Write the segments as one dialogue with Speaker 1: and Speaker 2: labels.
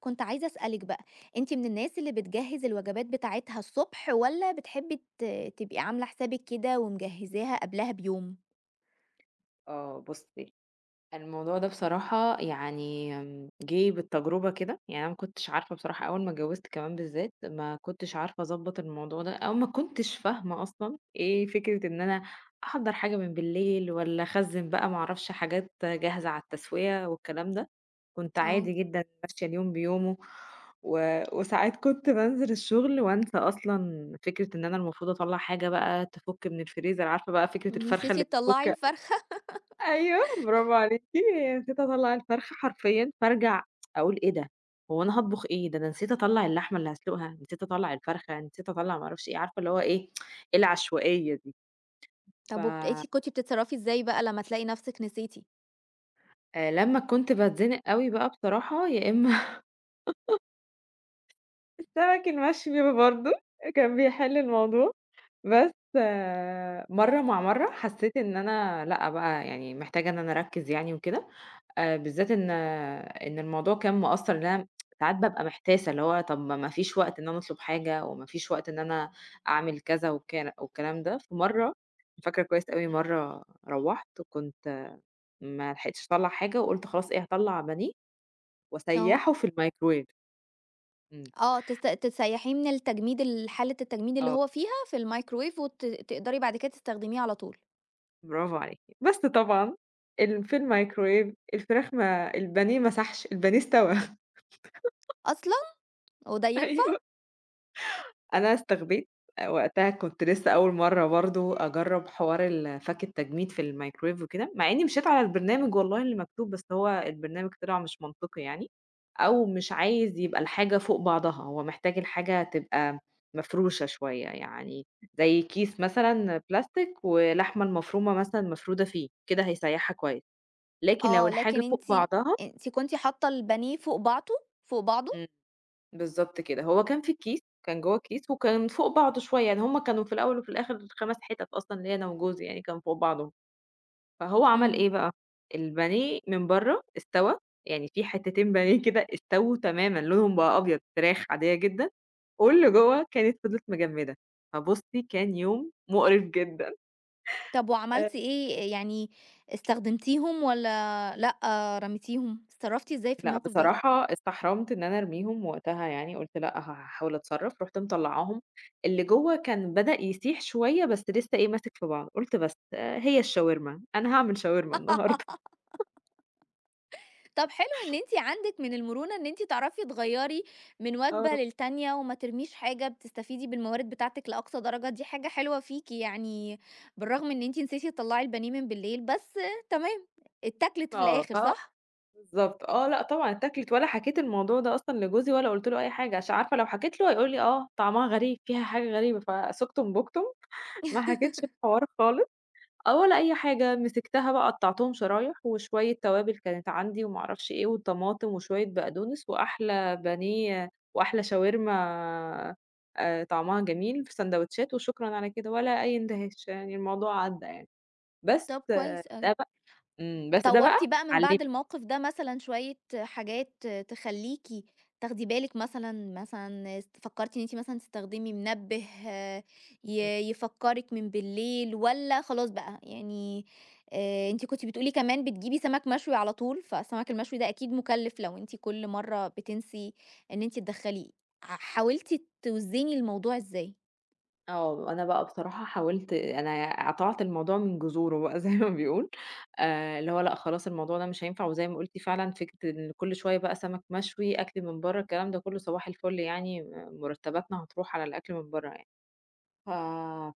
Speaker 1: كنت عايزة أسألِك بقى، أنتِ من الناس اللي بتجهّز الوجبات بتاعتها الصبح والّا بتحبي تبقي عاملة حسابِك كده ومجهّزاها قبلها بيوم؟
Speaker 2: آه بُصّي، الموضوع ده بصراحة يعني جِه بالتجربة كده، يعني أنا ما كنتش عارفة بصراحة أول ما اتجوّزت كمان بالذات، ما كنتش عارفة أضبّط الموضوع ده أو ما كنتش فاهمة أصلًا إيه فكرة إن أنا أحضّر حاجة من بالليل والّا أخزّن بقى ما أعرفش حاجات جاهزة على التسوية والكلام ده، كنت
Speaker 1: آه،
Speaker 2: عادي جدًا ماشية اليوم بيومه و وساعات كنت بانزل الشغل وأنسى أصلًا فكرة إن أنا المفروض أطلّع حاجة بقى تفُك من الفريزر، عارفة بقى فكرة الفرخة
Speaker 1: نسيتِ
Speaker 2: اللي
Speaker 1: تطلّعي
Speaker 2: بتفُك.
Speaker 1: الفرخة.
Speaker 2: أيوه، برافو عليكِ، نسيت أطلّع الفرخة حرفيًا، فارجع أقول إيه ده! هو أنا هاطبخ إيه؟ ده أنا نسيت أطلّع اللحمة اللي هاسلُقها، نسيت أطلّع الفرخة، نسيت أطلّع ما أعرفش إيه، عارفة اللي هو إيه، إيه العشوائية دي. ف
Speaker 1: طب وبت أنتِ كنتِ بتتصرّفي إزاي بقى لمّا تلاقي نفسِك نسيتِ؟
Speaker 2: لمّا كنت باتزنق أوي بقى بصراحة يا إما السمك المشوي برضه كان بيحل الموضوع، بس مرّة مع مرّة حسيت إن أنا لأ بقى يعني محتاجة إن أنا أركّز يعني وكده. بالذات إن الموضوع كان مأثّر إن أنا ساعات بابقى محتاسة، اللي هو طَب ما فيش وقت إن أنا أطلب حاجة وما فيش وقت إن أنا أعمل كذا وكان والكلام ده، فاكرة كويس أوي مرّة روّحت وكنت ما لحقتش أطلّع حاجة وقُلت خلاص إيه، هاطلّع بانيه
Speaker 1: آه.
Speaker 2: وأسيّحه في الميكروويف. إمم.
Speaker 1: آه، تسيّحيه من التجميد حالة التجميد اللي
Speaker 2: آه،
Speaker 1: هو فيها في الميكروويف وت تقدري بعد كده تستخدميه على طول.
Speaker 2: برافو عليكِ. بس طبعًا في الميكروويف الفراخ ما البانيه ما سَحش، البانيه استوى.
Speaker 1: أصلًا! هو ده ينفع؟
Speaker 2: أيوه. أنا استخبيت، وقتها كنت لسه أول مرّة برضه أجرّب حوار فَك التجميد في الميكروويف وكده، مع إني مشيت على البرنامج والله اللي مكتوب، بس هو البرنامج طلع مش منطقي يعني، أو مش عايز يبقى الحاجة فوق بعضها، هو محتاج الحاجة تبقى مفروشة شوية، يعني زي كيس مثلًا بلاستيك واللحمة المفرومة مثلًا مفرودة فيه، كده هيسيّحها كويس، لكن لو
Speaker 1: آه، لكن
Speaker 2: الحاجة
Speaker 1: أنتِ
Speaker 2: فوق بعضها.
Speaker 1: أنتِ كنتِ حاطة البانيه فوق بعضه، فوق بعضه؟
Speaker 2: إمم. بالضبط كده، هو كان في الكيس، كان جوّه الكيس وكان فوق بعضه شوية، يعني هُم كانوا في الأول وفي الآخر 5 حتت أصلًا ليّا أنا وجوزي يعني كانوا فوق بعضهم، فهو عمل
Speaker 1: إمم.
Speaker 2: إيه بقى، البانيه من برّه استوى، يعني في حتتين بانيه كده استووا تمامًا لونهم بقى أبيض، فراخ عادية جدًا، واللي جوّه كانت فضلت مجمّدة، فبُصّي كان يوم مقرف جدًا.
Speaker 1: طب وعملتِ إيه، يعني استخدمتيهم والّا لأ، رميتيهم؟ اتصرّفتِ إزاي في
Speaker 2: لأ،
Speaker 1: الموقف ده؟
Speaker 2: بصراحة استحرمت إن أنا أرميهم وقتها يعني، قُلت لأ، هاحاول أتصرّف، رُحت مطلّعاهم، اللي جوّه كان بدأ يسيح شوية بس لسه إيه، ماسك في بعضه، قُلت بس آه، هي الشاورما، أنا هاعمل شاورما النهارده.
Speaker 1: طب حلو إن أنتِ عندِك من المرونة إن أنتِ تعرفي تغيّري من وجبة
Speaker 2: آه.
Speaker 1: للتانية وما ترميش حاجة، بتستفيدي بالموارد بتاعتِك لأقصى درجة، دي حاجة حلوة فيكِ يعني، بالرغم إن أنتِ نسيتِ تطلّعي البانيه من بالليل، بس تمام، اتاكلت في
Speaker 2: آه،
Speaker 1: الآخر صح؟
Speaker 2: بالضبط، آه، لأ طبعًا اتاكلت ولا حكيت الموضوع ده أصلًا لجوزي ولا قُلت له أي حاجة، عشان عارفة لو حكيت له هيقول لي آه، طعمها غريب، فيها حاجة غريبة، فسُكتُم بُكتُم، ما حكيتش الحوار خالص. آه، ولا أي حاجة، مسكتها بقى قطّعتهم شرايح وشوية توابل كانت عندي وما أعرفش إيه وطماطم وشوية بقدونس وأحلى بانيه وأحلى شاورما طعمها جميل في ساندوتشات وشكرًا على كده، ولا أي اندهاش، يعني الموضوع عدّى يعني. بس
Speaker 1: طب
Speaker 2: آه،
Speaker 1: كويس
Speaker 2: ده
Speaker 1: أوي.
Speaker 2: بقى. إمم، بس ده
Speaker 1: طوّرتِ
Speaker 2: بقى
Speaker 1: بقى من بعد
Speaker 2: علّمني.
Speaker 1: الموقف ده مثلًا شوية حاجات تخلّيكِ تاخدي بالِك مثلًا، مثلًا فكّرتِ إن أنتِ مثلًا تستخدمي منبه آه، ي يفكّرِك من بالليل والّا خلاص بقى يعني أنتِ كنتِ بتقولي كمان بتجيبي سمك مشوي على طول، فالسمك المشوي ده
Speaker 2: إمم.
Speaker 1: أكيد مُكلِّف لو أنتِ كل مرّة بتنسي إن أنتِ تدخّليه، حاولتِ توزني الموضوع إزاي؟
Speaker 2: آه، أنا بقى بصراحة حاولت أنا قطعت الموضوع من جذوره بقى زي ما بيقول، اللي هو لأ خلاص الموضوع ده مش هينفع، وزي ما قُلتِ فعلًا فكرة إن كل شوية بقى سمك مشوي، أكل من برّه، الكلام ده كله صباح الفل يعني مرتباتنا هتروح على الأكل من برّه يعني. ف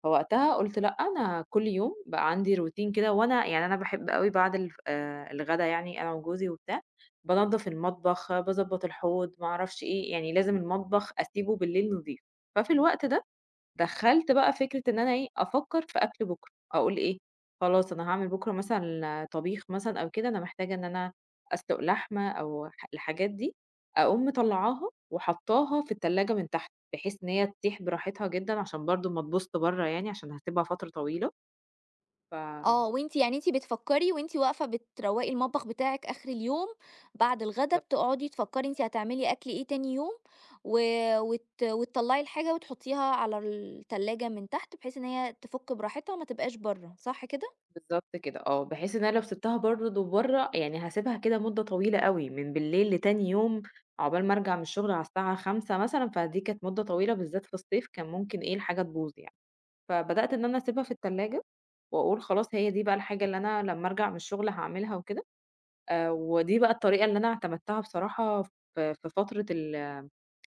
Speaker 2: فوقتها قُلت لأ، أنا كل يوم بقى عندي روتين كده وأنا يعني أنا باحب أوي بعد الغدا يعني أنا وجوزي وبتاع، بانضّف المطبخ، باضبّط الحوض، ما أعرفش إيه، يعني لازم المطبخ أسيبه بالليل نضيف، ففي الوقت ده دخّلت بقى فكرة إن أنا إيه، أفكّر في أكل بُكرة، أقول إيه، خلاص أنا هاعمل بُكرة مثلًا طبيخ مثلًا أو كده، أنا محتاجة إن أنا أسلُق لحمة أو الحاجات دي، أقوم مطلّعاها وحاطّاها في التلاجة من تحت، بحيث إن هي تسيح براحتها جدًا عشان برضه ما تبوظ برّه يعني عشان هاسيبها فترة طويلة، ف
Speaker 1: آه، وأنتِ يعني أنتِ بتفكّري وأنتِ واقفة بتروّقي المطبخ بتاعِك آخر اليوم، بعد الغدا بتقعدي تفكّري أنتِ هتعملي أكل إيه تاني يوم، و وت وتطلّعي الحاجة وتحطّيها على التلاجة من تحت، بحيث إن هي تفُك براحتها وما تبقاش برّه، صح كده؟
Speaker 2: بالضبط كده آه، بحيث إن أنا لو سِبتها برضه برّه، يعني هاسيبها كده مدة طويلة أوي، من بالليل لتاني يوم عقبال ما أرجع من الشغل على الساعة 17:00 مثلًا، فدي كانت مدة طويلة بالذات في الصيف كان ممكن إيه الحاجة تبوظ يعني. فبدأت إن أنا أسيبها في التلاجة وأقول خلاص هي دي بقى الحاجة اللي أنا لمّا أرجع من الشغل هاعملها وكده، ودي بقى الطريقة اللي أنا اعتمدتها بصراحة في فترة ال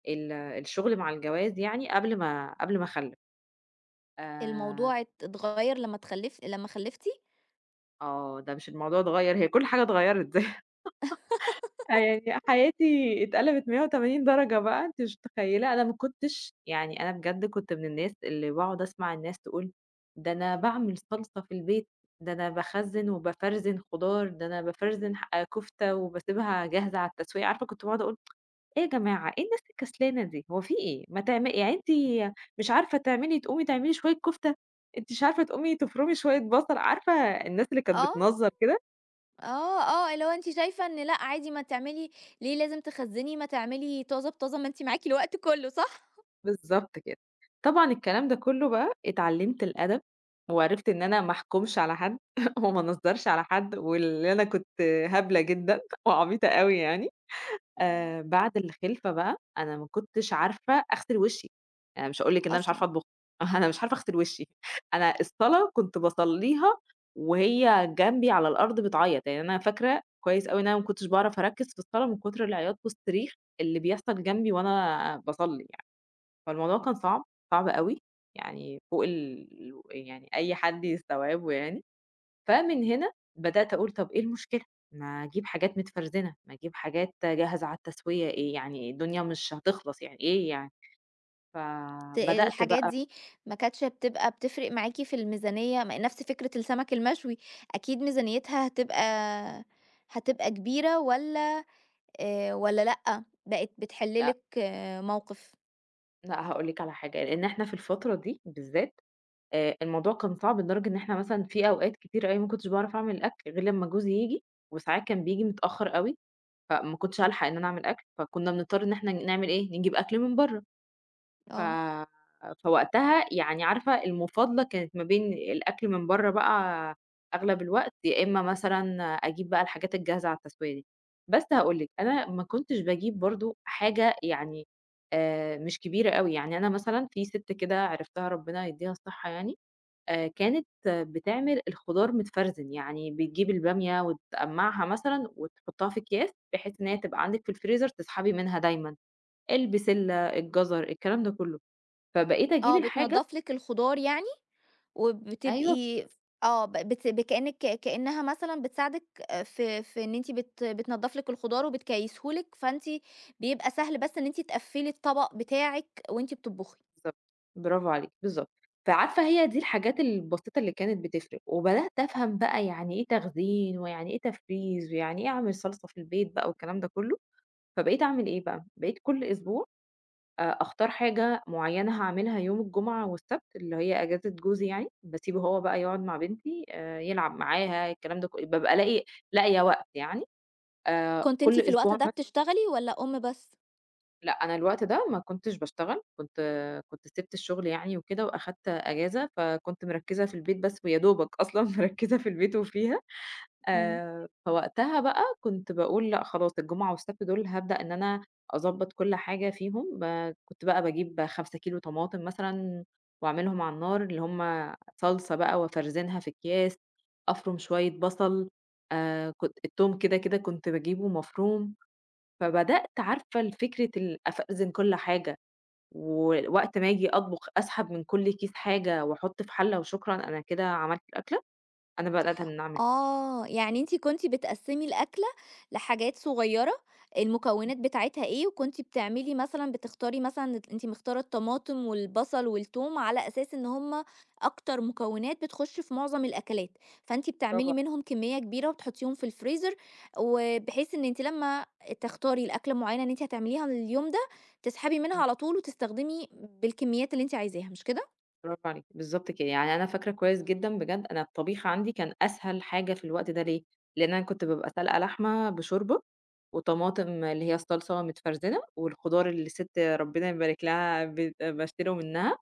Speaker 2: ال الشغل مع الجواز يعني قبل ما أخلِّف. آآ
Speaker 1: الموضوع اتغيّر لمّا اتخلّف لمّا خلّفتِ؟
Speaker 2: آه، ده مش الموضوع اتغيّر، هي كل حاجة اتغيّرت. آه، يعني حياتي اتقلبت 180 درجة بقى، أنتِ مش متخيلة، أنا ما كنتش يعني أنا بجد كنت من الناس اللي باقعد أسمع الناس تقول: "ده أنا باعمل صلصة في البيت، ده أنا باخزّن وبافرزن خضار، ده أنا بافرزن آه، كفتة وباسيبها جاهزة على التسوية." عارفة كنت باقعد أقول: "إيه يا جماعة، إيه الناس الكسلانة دي، هو في إيه؟ ما تعم يعني أنتِ مش عارفة تعملي تقومي تعملي شوية كفتة، أنتِ مش عارفة تقومي تفرمي شوية بصل." عارفة الناس اللي كانت
Speaker 1: آه،
Speaker 2: بتنظّر كده؟
Speaker 1: آه، آه، اللي هو أنتِ شايفة إن لأ عادي ما تعملي ليه لازم تخزّني، ما تعملي طازة بطازة، ما أنتِ معاكِ الوقت كُلّه، صح؟
Speaker 2: بالضبط كده. طبعًا الكلام ده كلّه بقى اتعلّمت الأدب، وعرفت إن أنا ما احكمش على حد وما انظّرش على حد، واللي أنا كنت هبلة جدًا وعبيطة أوي يعني.
Speaker 1: إمم،
Speaker 2: بعد الخلفة بقى أنا ما كنتش عارفة أغسل وشّي، أنا مش هاقول لِك إن أنا مش عارفة
Speaker 1: أصلًا.
Speaker 2: أطبخ، أنا مش عارفة أغسل وشّي، أنا الصلاة كنت باصلّيها وهي جنبي على الأرض بتعيّط، يعني أنا فاكرة كويس أوي إن أنا ما كنتش باعرف أركّز في الصلاة من كتر العياط والصريخ اللي بيحصل جنبي وأنا باصلّي يعني. فالموضوع كان صعب، صعب أوي، يعني فوق ال يعني أي حد يستوعبه يعني، فمن هنا بدأت أقول طَب إيه المشكلة؟ ما أجيب حاجات متفرزنة، ما أجيب حاجات جاهزة على التسوية إيه يعني الدنيا مش هتخلص يعني إيه يعني؟ فبدأت
Speaker 1: الحاجات
Speaker 2: بقى.
Speaker 1: دي ما كانتش بتبقى بتفرق معاكِ في الميزانية، نفس فكرة السمك المشوي، أكيد ميزانيتها هتبقى كبيرة والّا والّا لأ، بقت بتحل
Speaker 2: لأ،
Speaker 1: لِك موقف؟
Speaker 2: لأ هاقول لِك على حاجة، لإن إحنا في الفترة دي بالذات الموضوع كان صعب لدرجة إن إحنا مثلًا في أوقات كتيرة أوي ما كنتش باعرف أعمل الأكل غير لمّا جوزي ييجي، وساعات كان بييجي متأخر أوي. فما كنتش هالحق إن أنا أعمل أكل، فكنا بنضطر إن إحنا نعمل إيه، نجيب أكل من برّه. ف
Speaker 1: آه،
Speaker 2: فوقتها يعني عارفة المفاضلة كانت ما بين الأكل من برّه بقى أغلب الوقت، يا إمّا مثلًا أجيب بقى الحاجات الجاهزة على التسوية دي. بس هاقول لِك، أنا ما كنتش باجيب برضه حاجة يعني مش كبيرة أوي، يعني أنا مثلًا في سِت كده عرفتها ربنا يدّيها الصحة يعني، كانت بتعمل الخضار متفرزن، يعني بتجيب البامية وتقمّعها مثلًا وتحطها في أكياس، بحيث إن هي تبقى عندِك في الفريزر تسحبي منها دايمًا، البسلة، الجزر، الكلام ده كله، فبقيت أجيب
Speaker 1: آه
Speaker 2: الحاجة.
Speaker 1: بتنضّف لِك الخضار يعني،
Speaker 2: أيوه
Speaker 1: وبتبقي آه ب بت كأنِك كأنها مثلًا بتساعدِك في في إن أنتِ بتنضّف لِك الخضار وبتكيّسه لِك، فأنتِ بيبقى سهل بس إن أنتِ تقفّلي الطبق بتاعِك وأنتِ بتطبخي.
Speaker 2: بالضبط، برافو عليكِ، بالضبط، فعارفة هي دي الحاجات البسيطة اللي كانت بتفرق، وبدأت أفهم بقى يعني إيه تخزين، ويعني إيه تفريز، ويعني إيه أعمل صلصة في البيت بقى والكلام ده كله، فبقيت أعمل إيه بقى، بقيت كل أسبوع أختار حاجة معيّنة هاعملها يوم الجمعة والسبت، اللي هي أجازة جوزي يعني، باسيبه هو بقى يقعد مع بنتي يلعب معاها الكلام ده بابقى لاقية وقت يعني،
Speaker 1: كنتِ أنتِ
Speaker 2: كل
Speaker 1: في الوقت
Speaker 2: أسبوع
Speaker 1: ده
Speaker 2: مثلًا.
Speaker 1: بتشتغلي والّا أم بس؟
Speaker 2: لأ، أنا الوقت ده ما كنتش باشتغل، كنت سِبت الشغل يعني وكده وأخدت أجازة، فكنت مركّزة في البيت بس ويا دوبك أصلًا مركّزة في البيت وفيها.
Speaker 1: إمم.
Speaker 2: فوقتها بقى كنت باقول لأ خلاص الجمعة والسبت دول هابدأ إن أنا أضبّط كل حاجة فيهم، كنت بقى باجيب 5 كيلو طماطم مثلًا وأعملهم على النار اللي هم صلصة بقى وأفرزنها في أكياس، أفرم شوية بصل، كنت التوم كده، كده كنت باجيبه مفروم، فبدأت عارفة فكرة أفرزن كل حاجة، ووقت ما آجي أطبخ أسحب من كل كيس حاجة وأحط في حلة وشكرًا أنا كده عملت الأكلة، أنا بدأت إن أنا أعمل كده.
Speaker 1: آه، يعني أنتِ كنتِ بتقسّمي الأكلة لحاجات صغيّرة،
Speaker 2: إمم،
Speaker 1: المكونات بتاعتها إيه، وكنتِ بتعملي مثلًا بتختاري مثلًا أنتِ مختارة الطماطم والبصل والتوم على أساس إن هم أكتر مكونات بتخُش في معظم الأكلات، فأنتِ
Speaker 2: برافو
Speaker 1: بتعملي
Speaker 2: عليكِ.
Speaker 1: منهم كمية كبيرة وبتحطّيهم في الفريزر، وبحيث إن أنتِ لمّا تختاري الأكلة معيّنة إن أنتِ هتعمليها اليوم ده، تسحبي منها على طول وتستخدمي بالكميات اللي أنتِ عايزاها، مش كده؟
Speaker 2: برافو عليكِ، بالضبط كده، يعني أنا فاكرة كويس جدًا بجد أنا الطبيخ عندي كان أسهل حاجة في الوقت ده ليه، لإن أنا كنت بابقى سالقة لحمة بشوربة، وطماطم اللي هي الصلصة متفرزنة، والخضار اللي الست ربنا يبارك لها باشتريه منها،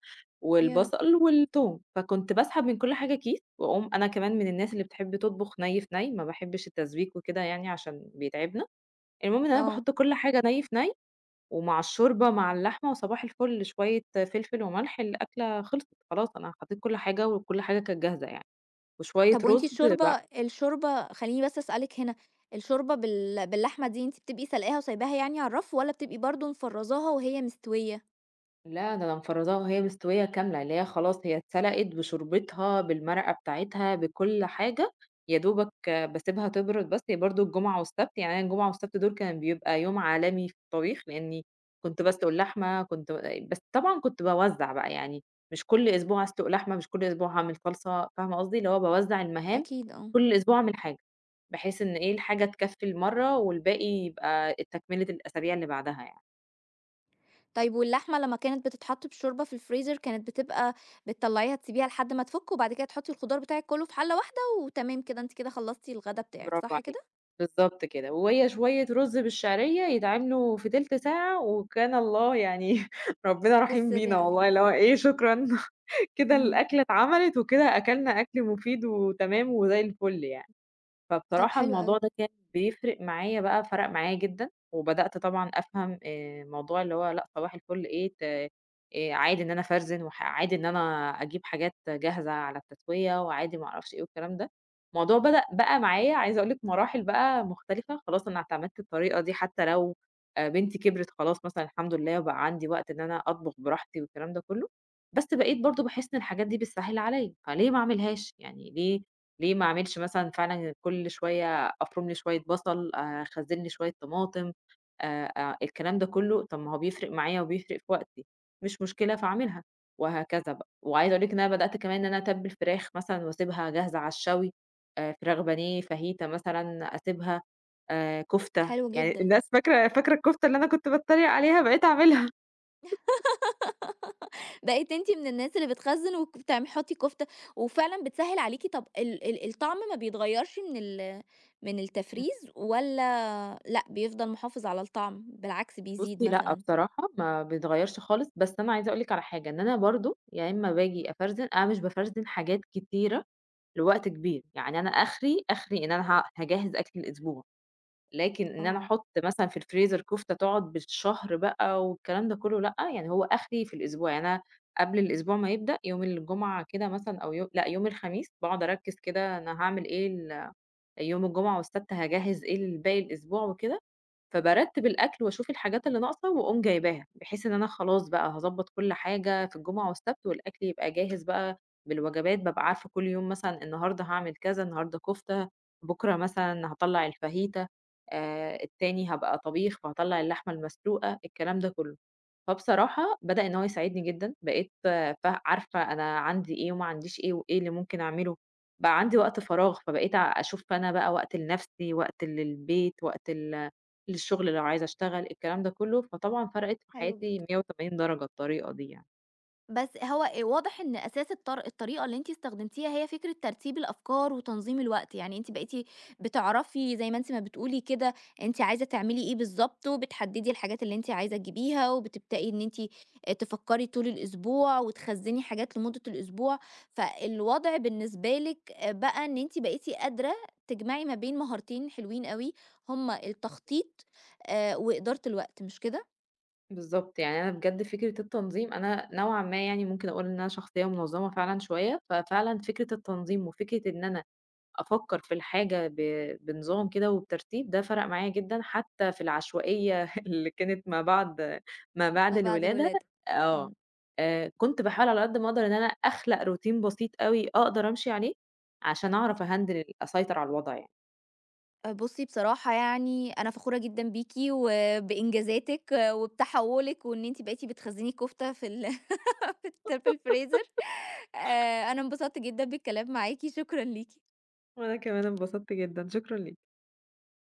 Speaker 1: يا رب.
Speaker 2: والبصل والتوم، فكنت باسحب من كل حاجة كيس، وأقوم أنا كمان من الناس اللي بتحب تطبخ ني في ني، ما باحبش التسبيك وكده يعني عشان بيتعبنا، المهم إن أنا
Speaker 1: آه.
Speaker 2: باحط كل حاجة ني في ني. ومع الشوربة مع اللحمة وصباح الفل شوية فلفل وملح الأكلة خلصت خلاص أنا حطيت كل حاجة وكل حاجة كانت جاهزة يعني، وشوية
Speaker 1: طب وأنتِ
Speaker 2: رُز
Speaker 1: الشوربة الشوربة خلّيني بس أسألِك هنا، الشوربة باللحمة دي أنتِ بتبقي سالقاها وسايباها يعني على الرَّف والّا بتبقي برضه مفرّزاها وهي مستوية؟
Speaker 2: لا ده أنا مفرّزاها وهي مستوية كاملة، اللي هي خلاص هي اتسلقت بشوربتها، بالمرقة بتاعتها، بكل حاجة، يا دوبك باسيبها تبرد بس، هي برضه الجمعة والسبت يعني أنا الجمعة والسبت دول كان بيبقى يوم عالمي في الطبيخ، لإني كنت باسلُق اللحمة، كنت ب بس طبعًا كنت باوزّع بقى، يعني مش كل أسبوع أسلُق لحمة، مش كل أسبوع هاعمل صلصة، فاهمة قصدي؟ اللي هو باوزّع المهام،
Speaker 1: أكيد آه.
Speaker 2: كل أسبوع أعمل حاجة، بحيث إن إيه، الحاجة تكفّي المرّة والباقي يبقى تكملة الأسابيع اللي بعدها يعني.
Speaker 1: طيب واللحمة لمّا كانت بتتحط بالشوربة في الفريزر كانت بتبقى بتطلّعيها تسيبيها لحد ما تفُك وبعد كده تحطّي الخضار بتاعِك كلّه في حلة واحدة وتمام كده، أنتِ كده خلّصتِ الغدا بتاعِك،
Speaker 2: برافو
Speaker 1: صح
Speaker 2: عليكِ،
Speaker 1: كده؟
Speaker 2: بالضبط كده، وهي شوية رز بالشعرية يتعملوا في تِلت ساعة وكان الله يعني ربنا رحيم
Speaker 1: بالسِر
Speaker 2: بينا
Speaker 1: عليه.
Speaker 2: والله، اللي هو إيه شكرًا كده
Speaker 1: إمم.
Speaker 2: الأكلة اتعملت وكده أكلنا أكل مفيد وتمام وزي الفل يعني.
Speaker 1: طب
Speaker 2: فبصراحة
Speaker 1: حلو
Speaker 2: الموضوع
Speaker 1: أوي،
Speaker 2: ده كان بيفرق معايا بقى فرق معايا جدًا، وبدأت طبعًا أفهم موضوع اللي هو لأ صباح الفل إيه ت عادي إن أنا أفرزن عادي إن أنا أجيب حاجات جاهزة على التسوية وعادي ما أعرفش إيه والكلام ده. الموضوع بدأ بقى معايا عايزة أقول لك مراحل بقى مختلفة، خلاص أنا اعتمدت الطريقة دي حتى لو بنتي كبرت خلاص مثلًا الحمد لله وبقى عندي وقت إن أنا أطبخ براحتي والكلام ده كله، بس بقيت برضه باحس إن الحاجات دي بتسهِّل عليّا، فليه ما أعملهاش؟ يعني ليه ما اعملش مثلًا فعلًا كل شوية أفرُم لي شوية بصل، آه، أخزّن لي شوية طماطم، الكلام ده كلّه، طب ما هو بيفرق معايا وبيفرق في وقتي، مش مشكلة فاعملها، وهكذا بقى. وعايزة أقول لِك إن أنا بدأت كمان إن أنا أتبّل فراخ مثلًا واسيبها جاهزة على الشوي، فراخ بانيه، فاهيتا مثلًا أسيبها، كفتة،
Speaker 1: حلو
Speaker 2: يعني
Speaker 1: جدًا.
Speaker 2: الناس فاكرة الكفتة اللي أنا كنت باتريق عليها بقيت أعملها.
Speaker 1: بقيتِ أنتِ من الناس اللي بتخزّن بتحطي كفتة، وفعلًا بتسهّل عليكِ طَب ال ال الطعم ما بيتغيّرش من التفريز والّا لأ بيفضل محافظ على الطعم بالعكس بيزيد
Speaker 2: بُصّي لأ،
Speaker 1: مثلًا؟
Speaker 2: بصراحة ما بيتغيّرش خالص، بس أنا عايزة أقول لِك على حاجة، إن أنا برضه يا إمّا باجي أفرزن أنا مش بافرزن حاجات كتيرة لوقت كبير، يعني أنا آخري إن أنا هاجهّز أكل الأسبوع، لكن إن أنا
Speaker 1: آه،
Speaker 2: أحُط مثلًا في الفريزر كفتة تقعد بالشهر بقى والكلام ده كلّه لأ، يعني هو آخري في الأسبوع، يعني أنا قبل الأسبوع ما يبدأ يوم الجمعة كده مثلًا أو لأ، يوم الخميس باقعد أركّز كده أنا هاعمل إيه يوم الجمعة والسبت هاجهّز إيه لباقي الأسبوع وكده. فبارتّب الأكل واشوف الحاجات اللي ناقصة واقوم جايباها، بحيث إن أنا خلاص بقى هاضبّط كل حاجة في الجمعة والسبت والأكل يبقى جاهز بقى بالوجبات، بابقى عارفة كل يوم مثلًا النهارده هاعمل كذا، النهارده كفتة، بكرة مثلًا هاطلّع الفاهيتا، التاني هابقى طبيخ فهاطلّع اللحمة المسلوقة، الكلام ده كله. فبصراحة بدأ إن هو يساعدني جدًا، بقيت ف عارفة أنا عندي إيه وما عنديش إيه، وإيه اللي ممكن أعمله، بقى عندي وقت فراغ، فبقيت أشوف أنا بقى وقت لنفسي، وقت للبيت، وقت للشغل لو عايزة أشتغل، الكلام ده كله، فطبعًا فرقت في
Speaker 1: حلو
Speaker 2: حياتي
Speaker 1: جدًا.
Speaker 2: 180 درجة الطريقة دي يعني.
Speaker 1: بس هو واضح إن أساس الطريقة اللي أنتِ استخدمتيها هي فكرة ترتيب الأفكار وتنظيم الوقت، يعني أنتِ بقيتِ بتعرفي زي ما أنتِ ما بتقولي كده أنتِ عايزة تعملي إيه بالضبط، وبتحددي الحاجات اللي أنتِ عايزة تجيبيها، وبتبدئي إن أنتِ تفكري طول الأسبوع، وتخزني حاجات لمدة الأسبوع، فالوضع بالنسبة لِك بقى إن أنتِ بقيتِ قادرة تجمعي ما بين مهارتين حلوين أوي، هُم التخطيط وإدارة الوقت مش كده؟
Speaker 2: بالضبط، يعني أنا بجد فكرة التنظيم أنا نوعًا ما يعني ممكن أقول إن أنا شخصية منظمة فعلًا شوية، ففعلًا فكرة التنظيم وفكرة إن أنا أفكّر في الحاجة بنظام كده وبترتيب، ده فرق معايا جدًا حتى في العشوائية اللي كانت ما بعد
Speaker 1: ما بعد
Speaker 2: الولادة.
Speaker 1: الولادة.
Speaker 2: آه،
Speaker 1: إمم.
Speaker 2: كنت باحاول على قد ما أقدر إن أنا أخلق روتين بسيط أوي أقدر أمشي عليه، عشان
Speaker 1: إمم.
Speaker 2: أعرف أهندل ال أسيطر على الوضع يعني.
Speaker 1: بُصّي بصراحة يعني أنا فخورة جدًا بيكِ وبإنجازاتِك وبتحوُّلِك وإن أنتِ بقيتِ بتخزّني كفتة في في في الفريزر آآ، أنا انبسطت جدًا بالكلام معاكِ، شكرًا ليكِ.
Speaker 2: وأنا كمان انبسطت جدًا، شكرًا ليك.